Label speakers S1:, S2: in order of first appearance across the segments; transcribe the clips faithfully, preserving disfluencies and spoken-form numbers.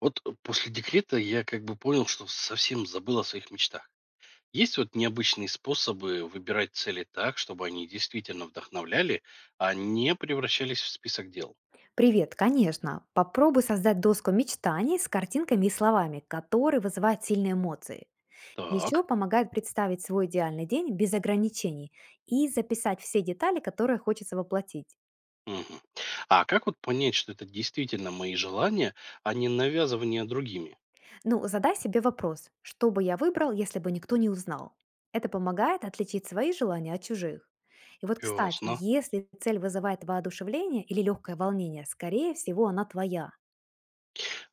S1: Вот э, после декрета я как бы понял, что совсем забыл о своих мечтах. Есть вот необычные способы выбирать цели так, чтобы они действительно вдохновляли, а не превращались в список дел.
S2: Привет, конечно. Попробуй создать доску мечтаний с картинками и словами, которые вызывают сильные эмоции. Еще
S1: Так.
S2: помогает представить свой идеальный день без ограничений и записать все детали, которые хочется воплотить.
S1: Мгм. А как вот понять, что это действительно мои желания, а не навязывание другими?
S2: Ну, задай себе вопрос, что бы я выбрал, если бы никто не узнал. Это помогает отличить свои желания от чужих. И вот, кстати,
S1: Ясно.
S2: если цель вызывает воодушевление или легкое волнение, скорее всего, она твоя.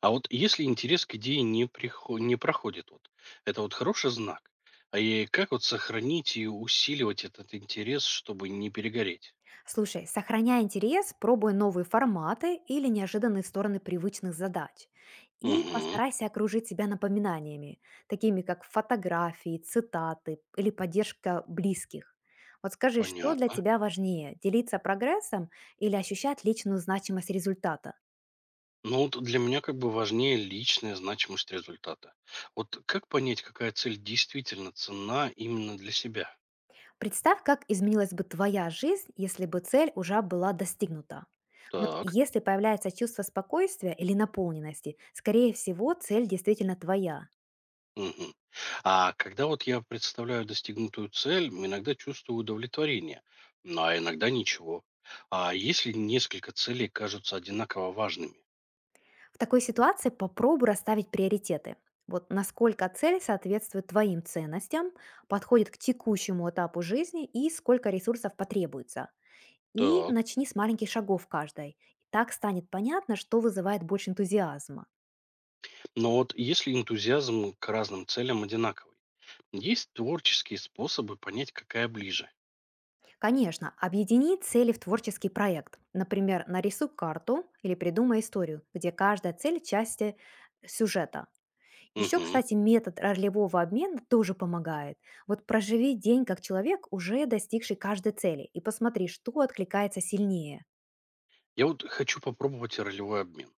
S1: А вот если интерес к идее не, прихо- не проходит, вот, это вот хороший знак. А и как вот сохранить и усиливать этот интерес, чтобы не перегореть?
S2: Слушай, сохраняй интерес, пробуй новые форматы или неожиданные стороны привычных задач. И
S1: Угу,
S2: постарайся окружить себя напоминаниями, такими как фотографии, цитаты или поддержка близких. Вот скажи, что для
S1: понятно.
S2: тебя важнее, делиться прогрессом или ощущать личную значимость результата?
S1: Ну вот для меня как бы важнее личная значимость результата. Вот как понять, какая цель действительно ценна именно для себя?
S2: Представь, как изменилась бы твоя жизнь, если бы цель уже была достигнута. Вот
S1: Так.
S2: если появляется чувство спокойствия или наполненности, скорее всего, цель действительно твоя.
S1: Мгм. А когда вот я представляю достигнутую цель, иногда чувствую удовлетворение, ну, а иногда ничего. А если несколько целей кажутся одинаково важными?
S2: В такой ситуации попробуй расставить приоритеты. Вот насколько цель соответствует твоим ценностям, подходит к текущему этапу жизни и сколько ресурсов потребуется. И
S1: Так.
S2: начни с маленьких шагов каждой. Так станет понятно, что вызывает больше энтузиазма.
S1: Но вот если энтузиазм к разным целям одинаковый, есть творческие способы понять, какая ближе.
S2: Конечно, объедини цели в творческий проект. Например, нарисуй карту или придумай историю, где каждая цель– части сюжета. Еще,
S1: Мгм.
S2: кстати, метод ролевого обмена тоже помогает. Вот проживи день как человек, уже достигший каждой цели, и посмотри, что откликается сильнее.
S1: Я вот хочу попробовать ролевой обмен.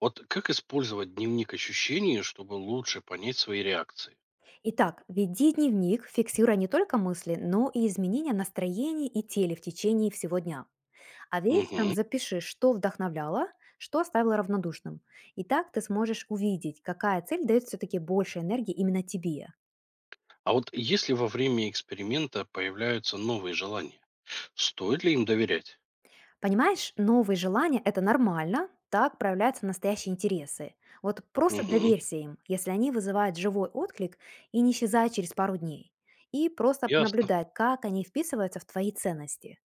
S1: Вот как использовать дневник ощущений, чтобы лучше понять свои реакции?
S2: Итак, веди дневник, фиксируя не только мысли, но и изменения настроения и теле в течение всего дня. А вечером
S1: Мгм.
S2: запиши, что вдохновляло, что оставило равнодушным. И так ты сможешь увидеть, какая цель дает все-таки больше энергии именно тебе.
S1: А вот если во время эксперимента появляются новые желания, стоит ли им доверять?
S2: Понимаешь, новые желания– это нормально, так проявляются настоящие интересы. Вот просто
S1: Мгм.
S2: доверься им, если они вызывают живой отклик и не исчезают через пару дней. И просто
S1: Ясно.
S2: понаблюдай, как они вписываются в твои ценности.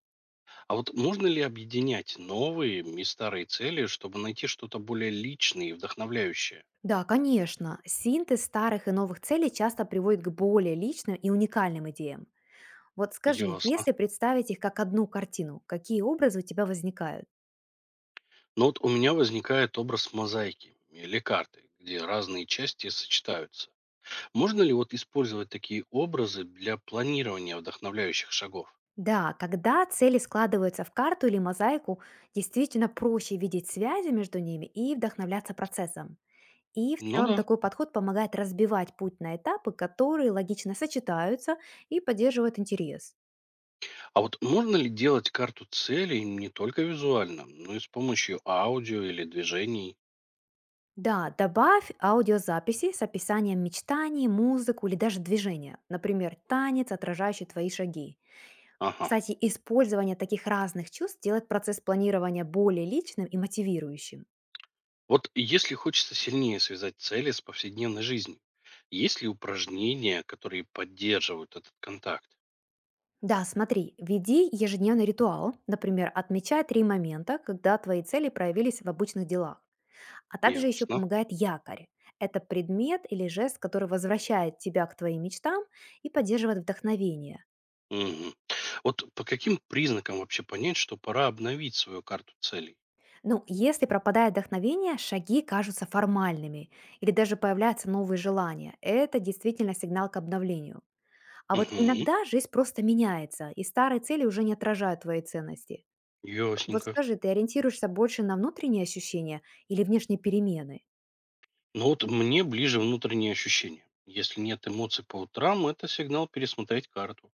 S1: А вот можно ли объединять новые и старые цели, чтобы найти что-то более личное и вдохновляющее?
S2: Да, конечно, синтез старых и новых целей часто приводит к более личным и уникальным идеям. Вот скажи,
S1: Ясно.
S2: если представить их как одну картину, какие образы у тебя возникают?
S1: Но вот у меня возникает образ мозаики или карты, где разные части сочетаются. Можно ли вот использовать такие образы для планирования вдохновляющих шагов?
S2: Да, когда цели складываются в карту или мозаику, действительно проще видеть связи между ними и вдохновляться процессом. И в
S1: Ну
S2: целом
S1: да.
S2: такой подход помогает разбивать путь на этапы, которые логично сочетаются и поддерживают интерес.
S1: А вот можно ли делать карту целей не только визуально, но и с помощью аудио или движений?
S2: Да, добавь аудиозаписи с описанием мечтаний, музыку или даже движения, например, танец, отражающий твои шаги.
S1: Ага.
S2: Кстати, использование таких разных чувств делает процесс планирования более личным и мотивирующим.
S1: Вот если хочется сильнее связать цели с повседневной жизнью, есть ли упражнения, которые поддерживают этот контакт?
S2: Да, смотри, веди ежедневный ритуал, например, отмечай три момента, когда твои цели проявились в обычных делах. А также еще
S1: Ясно.
S2: помогает якорь. Это предмет или жест, который возвращает тебя к твоим мечтам и поддерживает вдохновение.
S1: Мгм. Вот по каким признакам вообще понять, что пора обновить свою карту целей?
S2: Ну, если пропадает вдохновение, шаги кажутся формальными или даже появляются новые желания. Это действительно сигнал к обновлению. А вот
S1: Угу.
S2: иногда жизнь просто меняется, и старые цели уже не отражают твои ценности. Вот
S1: Ясненько.
S2: скажи, ты ориентируешься больше на внутренние ощущения или внешние перемены?
S1: Ну вот мне ближе внутренние ощущения. Если нет эмоций по утрам, это сигнал пересмотреть карту.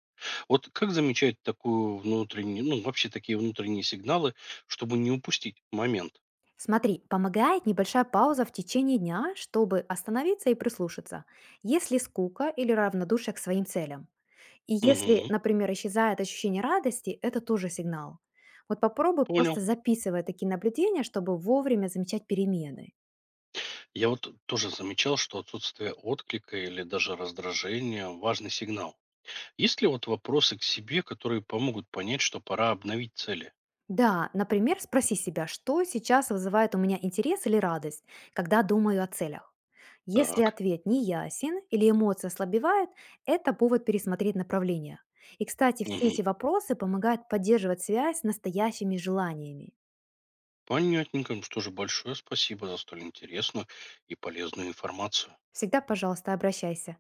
S1: Вот как замечать такую внутреннюю, ну вообще такие внутренние сигналы, чтобы не упустить момент?
S2: Смотри, помогает небольшая пауза в течение дня, чтобы остановиться и прислушаться, если скука или равнодушие к своим целям. И если,
S1: Мгм.
S2: например, исчезает ощущение радости, это тоже сигнал. Вот попробуй просто
S1: Понял.
S2: записывая такие наблюдения, чтобы вовремя замечать перемены.
S1: Я вот тоже замечал, что отсутствие отклика или даже раздражения– важный сигнал. Есть ли вот вопросы к себе, которые помогут понять, что пора обновить цели?
S2: Да, например, спроси себя, что сейчас вызывает у меня интерес или радость, когда думаю о целях. Если
S1: Так.
S2: ответ не ясен или эмоции ослабевают, это повод пересмотреть направление. И, кстати, все
S1: Мгм.
S2: эти вопросы помогают поддерживать связь с настоящими желаниями.
S1: Понятненько. Ну что же, большое спасибо за столь интересную и полезную информацию.
S2: Всегда, пожалуйста, обращайся.